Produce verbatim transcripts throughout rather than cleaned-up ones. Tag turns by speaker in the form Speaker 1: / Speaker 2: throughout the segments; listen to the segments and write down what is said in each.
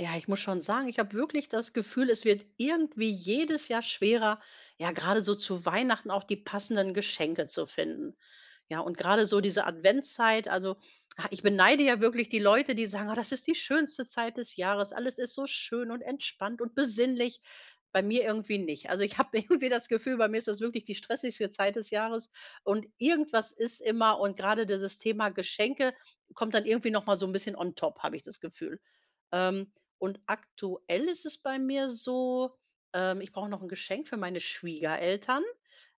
Speaker 1: Ja, ich muss schon sagen, ich habe wirklich das Gefühl, es wird irgendwie jedes Jahr schwerer, ja, gerade so zu Weihnachten auch die passenden Geschenke zu finden. Ja, und gerade so diese Adventszeit, also ah, ich beneide ja wirklich die Leute, die sagen, ah, das ist die schönste Zeit des Jahres, alles ist so schön und entspannt und besinnlich. Bei mir irgendwie nicht. Also ich habe irgendwie das Gefühl, bei mir ist das wirklich die stressigste Zeit des Jahres und irgendwas ist immer und gerade dieses Thema Geschenke kommt dann irgendwie noch mal so ein bisschen on top, habe ich das Gefühl. Ähm, und aktuell ist es bei mir so, ähm, ich brauche noch ein Geschenk für meine Schwiegereltern.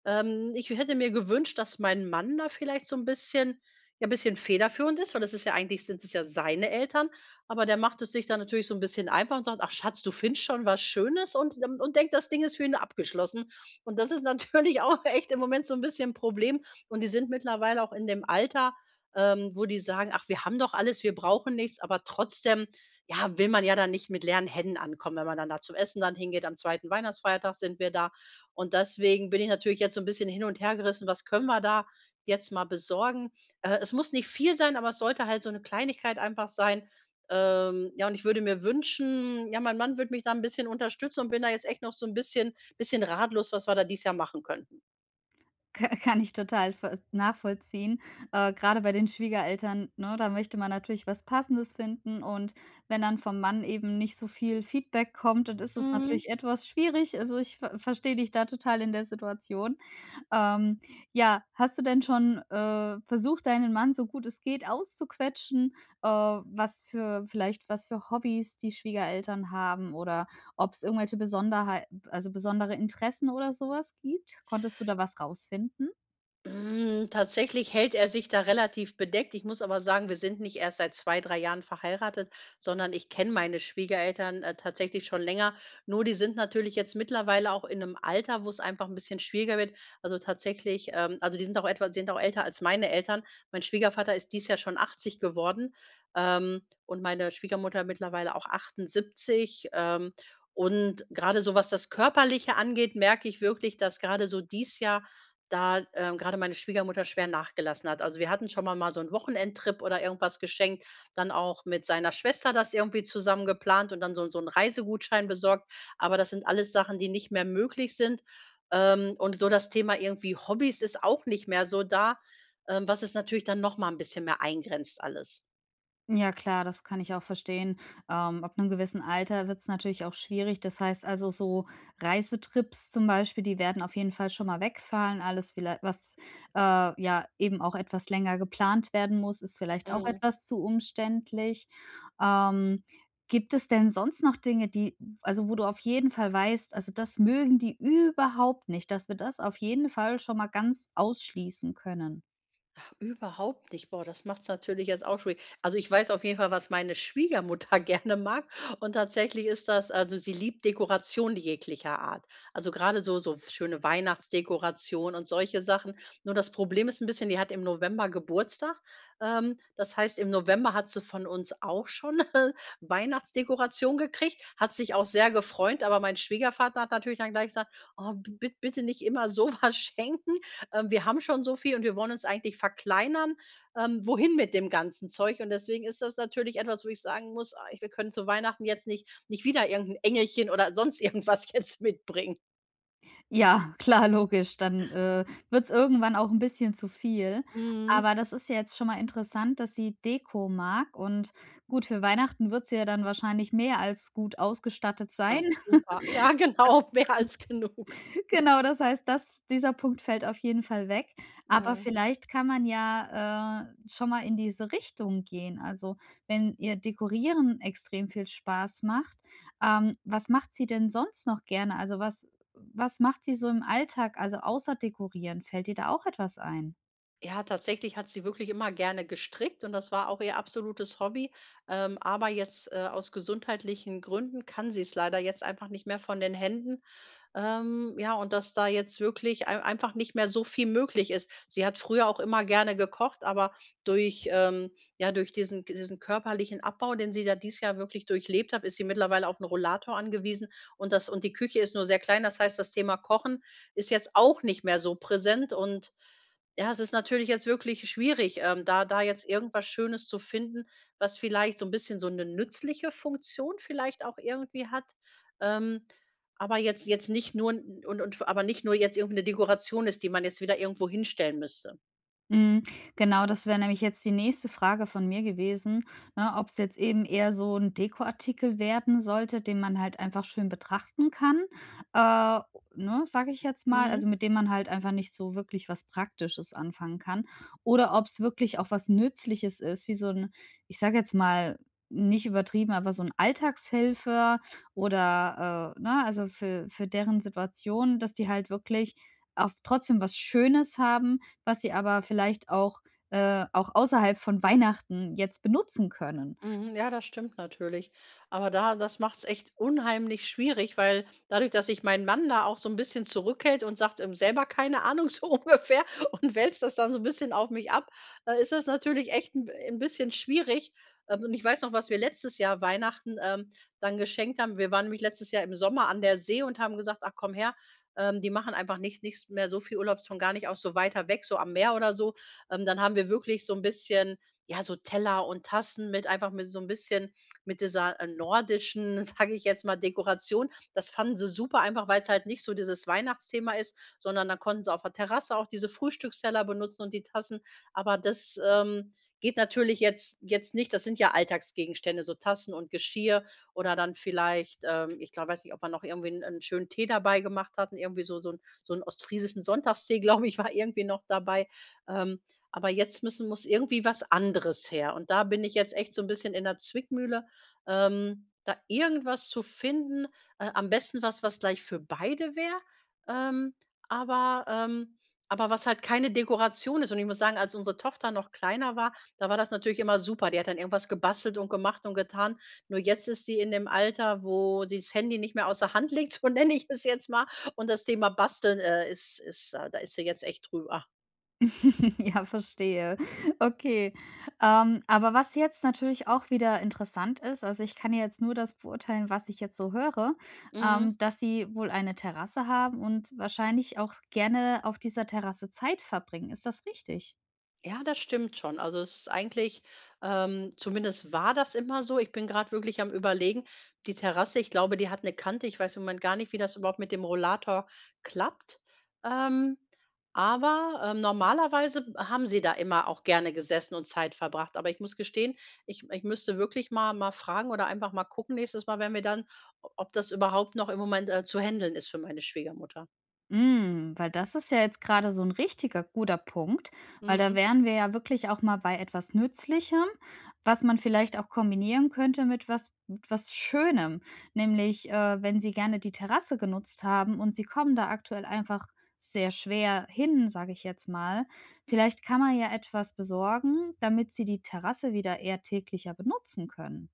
Speaker 1: Ähm, ich hätte mir gewünscht, dass mein Mann da vielleicht so ein bisschen ja, ein bisschen federführend ist, weil das ist ja eigentlich sind es ja seine Eltern, aber der macht es sich dann natürlich so ein bisschen einfach und sagt: „Ach Schatz, du findest schon was Schönes“ und ähm, und denkt, das Ding ist für ihn abgeschlossen. Und das ist natürlich auch echt im Moment so ein bisschen 'n Problem. Und die sind mittlerweile auch in dem Alter, ähm, wo die sagen: „Ach, wir haben doch alles, wir brauchen nichts“, aber trotzdem ja, will man ja dann nicht mit leeren Händen ankommen, wenn man dann da zum Essen dann hingeht. Am zweiten Weihnachtsfeiertag sind wir da. Und deswegen bin ich natürlich jetzt so ein bisschen hin und her gerissen, was können wir da jetzt mal besorgen? Äh, es muss nicht viel sein, aber es sollte halt so eine Kleinigkeit einfach sein. Ähm, ja, und ich würde mir wünschen, ja, mein Mann würde mich da ein bisschen unterstützen und bin da jetzt echt noch so ein bisschen bisschen ratlos, was wir da dieses Jahr machen könnten.
Speaker 2: Ka kann ich total vers nachvollziehen. Äh, grade bei den Schwiegereltern, ne, da möchte man natürlich was Passendes finden, und wenn dann vom Mann eben nicht so viel Feedback kommt, dann ist es natürlich
Speaker 1: Mhm.
Speaker 2: etwas schwierig. Also, ich ver verstehe dich da total in der Situation. Ähm, ja, hast du denn schon, äh, versucht, deinen Mann so gut es geht auszuquetschen, äh, was für vielleicht was für Hobbys die Schwiegereltern haben, oder ob es irgendwelche Besonderheit, also, besondere Interessen oder sowas gibt? Konntest du da was rausfinden?
Speaker 1: Hm, tatsächlich hält er sich da relativ bedeckt. Ich muss aber sagen, wir sind nicht erst seit zwei, drei Jahren verheiratet, sondern ich kenne meine Schwiegereltern, äh, tatsächlich schon länger. Nur die sind natürlich jetzt mittlerweile auch in einem Alter, wo es einfach ein bisschen schwieriger wird. Also, tatsächlich, ähm also, die sind auch etwa sind auch älter als meine Eltern. Mein Schwiegervater ist dieses Jahr schon achtzig geworden, ähm, und meine Schwiegermutter mittlerweile auch achtundsiebzig. Ähm, und gerade so, was das Körperliche angeht, merke ich wirklich, dass gerade so dieses Jahr da, ähm, grade meine Schwiegermutter schwer nachgelassen hat. Also, wir hatten schon mal mal so 'n Wochenendtrip oder irgendwas geschenkt, dann auch mit seiner Schwester das irgendwie zusammen geplant und dann so so einen Reisegutschein besorgt. Aber das sind alles Sachen, die nicht mehr möglich sind. Ähm, und so das Thema irgendwie Hobbys ist auch nicht mehr so da, ähm, was es natürlich dann noch mal 'n bisschen mehr eingrenzt alles.
Speaker 2: Ja, klar, das kann ich auch verstehen. Ähm, ab einem gewissen Alter wird es natürlich auch schwierig. Das heißt, also, so Reisetrips zum Beispiel, die werden auf jeden Fall schon mal wegfallen. Alles, vielleicht, was äh, ja eben auch etwas länger geplant werden muss, ist vielleicht auch
Speaker 1: Mhm.
Speaker 2: etwas zu umständlich. Ähm, gibt es denn sonst noch Dinge, die, also, wo du auf jeden Fall weißt, also, das mögen die überhaupt nicht, dass wir das auf jeden Fall schon mal ganz ausschließen können?
Speaker 1: Überhaupt nicht. Boah, das macht's natürlich jetzt auch schwierig. Also, ich weiß auf jeden Fall, was meine Schwiegermutter gerne mag und tatsächlich ist das also, sie liebt Dekoration jeglicher Art. Also, gerade so so schöne Weihnachtsdekoration und solche Sachen. Nur das Problem ist ein bisschen, die hat im November Geburtstag. Ähm, das heißt, im November hat sie von uns auch schon Weihnachtsdekoration gekriegt, hat sich auch sehr gefreut, aber mein Schwiegervater hat natürlich dann gleich gesagt: „Oh, b bitte nicht immer so was schenken. Ähm, wir haben schon so viel und wir wollen uns eigentlich verkleinern. Ähm, wohin mit dem ganzen Zeug? Und deswegen ist das natürlich etwas, wo ich sagen muss, ah, ich wir können zu Weihnachten jetzt nicht nicht wieder irgendein Engelchen oder sonst irgendwas jetzt mitbringen.
Speaker 2: Ja, klar, logisch. Dann, äh, wird's irgendwann auch ein bisschen zu viel.
Speaker 1: Mhm.
Speaker 2: Aber das ist ja jetzt schon mal interessant, dass sie Deko mag, und gut, für Weihnachten wird sie ja dann wahrscheinlich mehr als gut ausgestattet sein.
Speaker 1: Ah, super. Ja, genau, mehr als genug.
Speaker 2: Genau, das heißt, das dieser Punkt fällt auf jeden Fall weg. Aber
Speaker 1: Mhm.
Speaker 2: vielleicht kann man ja, äh, schon mal in diese Richtung gehen. Also, wenn ihr Dekorieren extrem viel Spaß macht, ähm, was macht sie denn sonst noch gerne? Also, was was macht sie so im Alltag, also außer Dekorieren? Fällt dir da auch etwas ein?
Speaker 1: Ja, tatsächlich hat sie wirklich immer gerne gestrickt und das war auch ihr absolutes Hobby. Ähm, aber jetzt äh, aus gesundheitlichen Gründen kann sie es leider jetzt einfach nicht mehr von den Händen. Ähm, ja, und dass da jetzt wirklich ei- einfach nicht mehr so viel möglich ist. Sie hat früher auch immer gerne gekocht, aber durch, ähm, ja, durch diesen, diesen körperlichen Abbau, den sie da dieses Jahr wirklich durchlebt hat, ist sie mittlerweile auf einen Rollator angewiesen und das, und die Küche ist nur sehr klein. Das heißt, das Thema Kochen ist jetzt auch nicht mehr so präsent und ja, es ist natürlich jetzt wirklich schwierig, ähm, da da jetzt irgendwas Schönes zu finden, was vielleicht so ein bisschen so eine nützliche Funktion vielleicht auch irgendwie hat. Ähm, aber jetzt jetzt nicht nur 'n und und aber nicht nur jetzt irgendwie 'ne Dekoration ist, die man jetzt wieder irgendwo hinstellen müsste.
Speaker 2: Mhm, genau, das wäre nämlich jetzt die nächste Frage von mir gewesen, ne, ob es jetzt eben eher so ein Dekoartikel werden sollte, den man halt einfach schön betrachten kann, äh, ne, sage ich jetzt mal,
Speaker 1: Mhm.
Speaker 2: also, mit dem man halt einfach nicht so wirklich was Praktisches anfangen kann. Oder ob es wirklich auch was Nützliches ist, wie so ein, ich sage jetzt mal, nicht übertrieben, aber so ein Alltagshelfer, oder, äh, ne, also, für für deren Situation, dass die halt wirklich auch trotzdem was Schönes haben, was sie aber vielleicht auch äh, auch außerhalb von Weihnachten jetzt benutzen können.
Speaker 1: Mhm, ja, das stimmt natürlich. Aber da Das macht's echt unheimlich schwierig, weil dadurch, dass sich mein Mann da auch so ein bisschen zurückhält und sagt, ähm: „Selber keine Ahnung“, so ungefähr und wälzt das dann so ein bisschen auf mich ab, äh, ist das natürlich echt ein 'n bisschen schwierig. Ähm, und ich weiß noch, was wir letztes Jahr Weihnachten, ähm, dann geschenkt haben. Wir waren nämlich letztes Jahr im Sommer an der See und haben gesagt: „Ach, komm her“, ähm, die machen einfach nicht nicht mehr so viel Urlaub, schon gar nicht auch so weiter weg, so am Meer oder so. Ähm, dann haben wir wirklich so ein bisschen ja, so Teller und Tassen mit einfach mit so ein bisschen mit dieser, äh, nordischen, sage ich jetzt mal, Dekoration. Das fanden sie super, einfach weil es halt nicht so dieses Weihnachtsthema ist, sondern dann konnten sie auf der Terrasse auch diese Frühstücksteller benutzen und die Tassen. Aber das, ähm, geht natürlich jetzt jetzt nicht. Das sind ja Alltagsgegenstände, so Tassen und Geschirr oder dann vielleicht, ähm, ich glaube, weiß nicht, ob man noch irgendwie einen 'n schönen Tee dabei gemacht hatten, irgendwie so so ein so 'n ostfriesischen Sonntagstee, glaube ich, war irgendwie noch dabei. Ähm, aber jetzt müssen muss irgendwie was anderes her. Und da bin ich jetzt echt so ein bisschen in der Zwickmühle, ähm, da irgendwas zu finden, äh, am besten was, was gleich für beide wäre, ähm, aber ähm, aber was halt keine Dekoration ist. Und ich muss sagen, als unsere Tochter noch kleiner war, da war das natürlich immer super. Die hat dann irgendwas gebastelt und gemacht und getan. Nur jetzt ist sie in dem Alter, wo sie das Handy nicht mehr aus der Hand legt, so nenne ich es jetzt mal. Und das Thema Basteln, äh, ist ist, äh da ist sie jetzt echt drüber.
Speaker 2: Ja, verstehe. Okay. Ähm, aber was jetzt natürlich auch wieder interessant ist, also, ich kann ja jetzt nur das beurteilen, was ich jetzt so höre,
Speaker 1: Mhm.
Speaker 2: ähm, dass Sie wohl eine Terrasse haben und wahrscheinlich auch gerne auf dieser Terrasse Zeit verbringen. Ist das richtig?
Speaker 1: Ja, das stimmt schon. Also, es ist eigentlich ähm, zumindest war das immer so. Ich bin gerade wirklich am Überlegen. Die Terrasse, ich glaube, die hat eine Kante. Ich weiß im Moment gar nicht, wie das überhaupt mit dem Rollator klappt. Ähm, aber, ähm, Normalerweise haben sie da immer auch gerne gesessen und Zeit verbracht. Aber ich muss gestehen, ich ich müsste wirklich mal mal fragen oder einfach mal gucken nächstes Mal, wenn wir dann ob das überhaupt noch im Moment, äh, zu handeln ist für meine Schwiegermutter.
Speaker 2: Mm, weil das ist ja jetzt gerade so ein richtiger guter Punkt, weil da
Speaker 1: Mhm.
Speaker 2: wären wir ja wirklich auch mal bei etwas Nützlichem, was man vielleicht auch kombinieren könnte mit was mit was Schönem. Nämlich, äh, wenn Sie gerne die Terrasse genutzt haben und Sie kommen da aktuell einfach sehr schwer hin, sage ich jetzt mal. Vielleicht kann man ja etwas besorgen, damit Sie die Terrasse wieder eher täglicher benutzen können.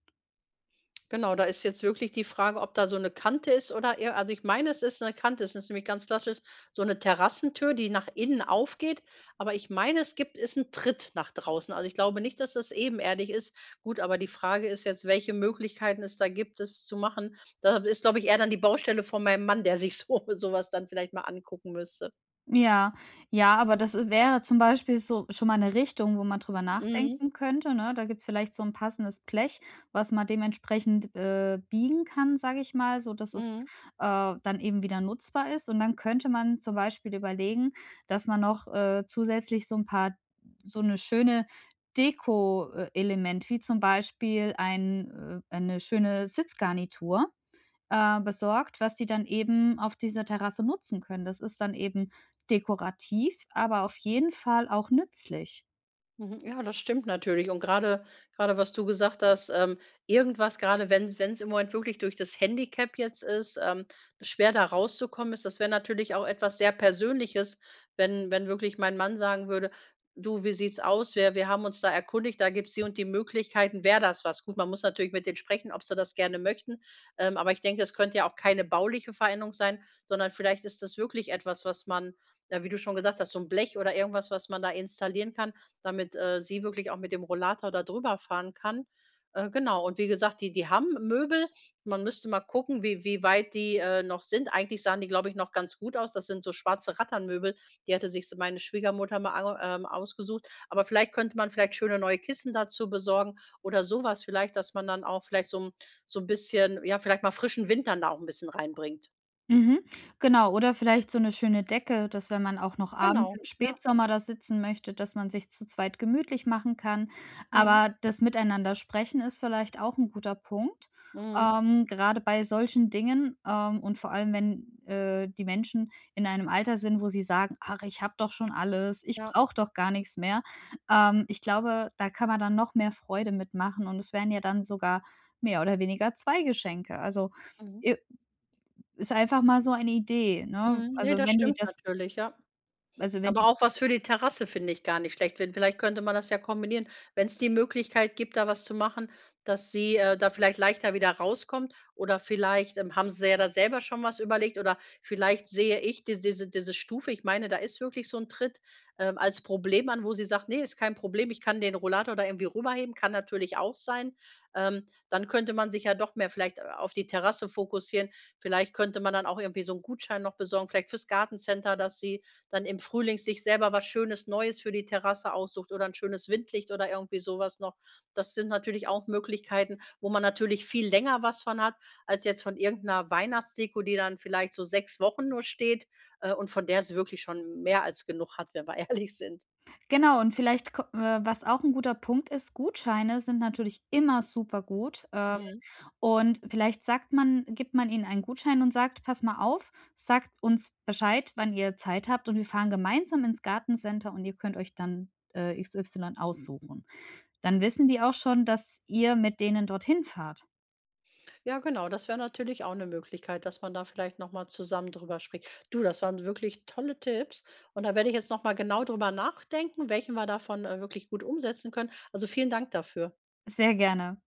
Speaker 1: Genau, da ist jetzt wirklich die Frage, ob da so eine Kante ist oder eher, also ich meine, es ist eine Kante. Es ist nämlich ganz klassisch so eine Terrassentür, die nach innen aufgeht, aber ich meine, es gibt ist ein Tritt nach draußen. Also ich glaube nicht, dass das ebenerdig ist. Gut, aber die Frage ist jetzt, welche Möglichkeiten es da gibt, es zu machen. Da ist, glaube ich, eher dann die Baustelle von meinem Mann, der sich so so was dann vielleicht mal angucken müsste.
Speaker 2: Ja, ja, aber
Speaker 1: Mhm.
Speaker 2: das, äh, wäre zum Beispiel so schon mal 'ne Richtung, wo man drüber
Speaker 1: Mhm,
Speaker 2: nachdenken könnte, ne? Da gibt's vielleicht so 'n passendes Blech, was man dementsprechend, äh, biegen kann, sage ich mal, sodass es,
Speaker 1: mhm.
Speaker 2: äh, dann eben wieder nutzbar ist. Und dann könnte man zum Beispiel überlegen, dass man noch, äh, zusätzlich so 'n paar so 'ne schöne Deko, äh, Element, wie zum Beispiel ein äh, eine schöne Sitzgarnitur äh, besorgt, was die dann eben auf dieser Terrasse nutzen können. Das ist dann eben dekorativ, aber auf jeden Fall auch nützlich.
Speaker 1: Mhm. Ja, das stimmt natürlich. Und gerade gerade was du gesagt hast, ähm, irgendwas, gerade wenn wenn es im Moment wirklich durch das Handicap jetzt ist, ähm, schwer da rauszukommen ist, das wäre natürlich auch etwas sehr Persönliches, wenn wenn wirklich mein Mann sagen würde: „Du, wie sieht's aus? Wir wir haben uns da erkundigt, da gibt's die und die Möglichkeiten. Wäre das was?“ Gut, man muss natürlich mit denen sprechen, ob sie das gerne möchten, ähm, aber ich denke, es könnte ja auch keine bauliche Veränderung sein, sondern vielleicht ist das wirklich etwas, was man, ja, wie du schon gesagt hast, so ein Blech oder irgendwas, was man da installieren kann, damit, äh, sie wirklich auch mit dem Rollator da drüber fahren kann. Äh, genau, und wie gesagt, die die haben Möbel. Man müsste mal gucken, wie wie weit die, äh, noch sind. Eigentlich sahen die, glaube ich, noch ganz gut aus. Das sind so schwarze Ratternmöbel. Die hatte sich so meine Schwiegermutter mal ange ähm, ausgesucht. Aber vielleicht könnte man vielleicht schöne neue Kissen dazu besorgen oder sowas vielleicht, dass man dann auch vielleicht so 'n so ein bisschen ja, vielleicht mal frischen Wind dann da auch ein bisschen reinbringt.
Speaker 2: Mhm. Genau, oder vielleicht so 'ne schöne Decke, dass wenn man auch noch abends
Speaker 1: Genau,
Speaker 2: im
Speaker 1: ja.
Speaker 2: Spätsommer da sitzen möchte, dass man sich zu zweit gemütlich machen kann.
Speaker 1: Mhm.
Speaker 2: Aber das Miteinander sprechen ist vielleicht auch 'n guter Punkt,
Speaker 1: Mhm.
Speaker 2: ähm, grade bei solchen Dingen, ähm, und vor allem, wenn, äh, die Menschen in einem Alter sind, wo sie sagen: „Ach, ich habe doch schon alles, ich
Speaker 1: Ja.
Speaker 2: brauche doch gar nix mehr.“ Ähm, ich glaube, da kann man dann noch mehr Freude mitmachen, und es wären ja dann sogar mehr oder weniger zwei Geschenke. Also,
Speaker 1: Mhm.
Speaker 2: i ist einfach mal so eine Idee, ne?
Speaker 1: Mhm. Ne,
Speaker 2: Also,
Speaker 1: das
Speaker 2: wenn die
Speaker 1: stimmt
Speaker 2: das,
Speaker 1: natürlich, ja.
Speaker 2: also, wenn
Speaker 1: Aber
Speaker 2: die
Speaker 1: auch was für die Terrasse finde ich gar nicht schlecht. Wenn Vielleicht könnte man das ja kombinieren, wenn es die Möglichkeit gibt, da was zu machen, dass sie, äh, da vielleicht leichter wieder rauskommt oder vielleicht, ähm, haben sie ja da selber schon was überlegt oder vielleicht sehe ich die diese diese Stufe, ich meine, da ist wirklich so ein Tritt, ähm, als Problem an, wo sie sagt: „Nee, ist kein Problem, ich kann den Rollator da irgendwie rüberheben.“ Kann natürlich auch sein. Ähm, dann könnte man sich ja doch mehr vielleicht, äh, auf die Terrasse fokussieren. Vielleicht könnte man dann auch irgendwie so einen Gutschein noch besorgen, vielleicht fürs Gartencenter, dass sie dann im Frühling sich selber was Schönes Neues für die Terrasse aussucht oder 'n schönes Windlicht oder irgendwie so was noch. Das sind natürlich auch Möglichkeiten, wo man natürlich viel länger was von hat, als jetzt von irgend 'ner Weihnachtsdeko, die dann vielleicht so sechs Wochen nur steht, äh, und von der es wirklich schon mehr als genug hat, wenn wir ehrlich sind.
Speaker 2: genau, und vielleicht ko äh, was auch 'n guter Punkt ist, Gutscheine sind natürlich immer supergut, ähm,
Speaker 1: Mhm.
Speaker 2: und vielleicht sagt man, gibt man ihnen einen Gutschein und sagt: „Pass mal auf, sagt uns Bescheid, wann ihr Zeit habt, und wir fahren gemeinsam ins Gartencenter und ihr könnt euch dann, äh, X Y aussuchen.“ Dann wissen die auch schon, dass ihr mit denen dorthin fahrt.
Speaker 1: Ja, genau, das wäre natürlich auch 'ne Möglichkeit, dass man da vielleicht noch mal zusammen drüber spricht. Du, das waren wirklich tolle Tipps und da werde ich jetzt noch mal genau drüber nachdenken, welchen wir davon, äh, wirklich gut umsetzen können. Also, vielen Dank dafür.
Speaker 2: Sehr gerne.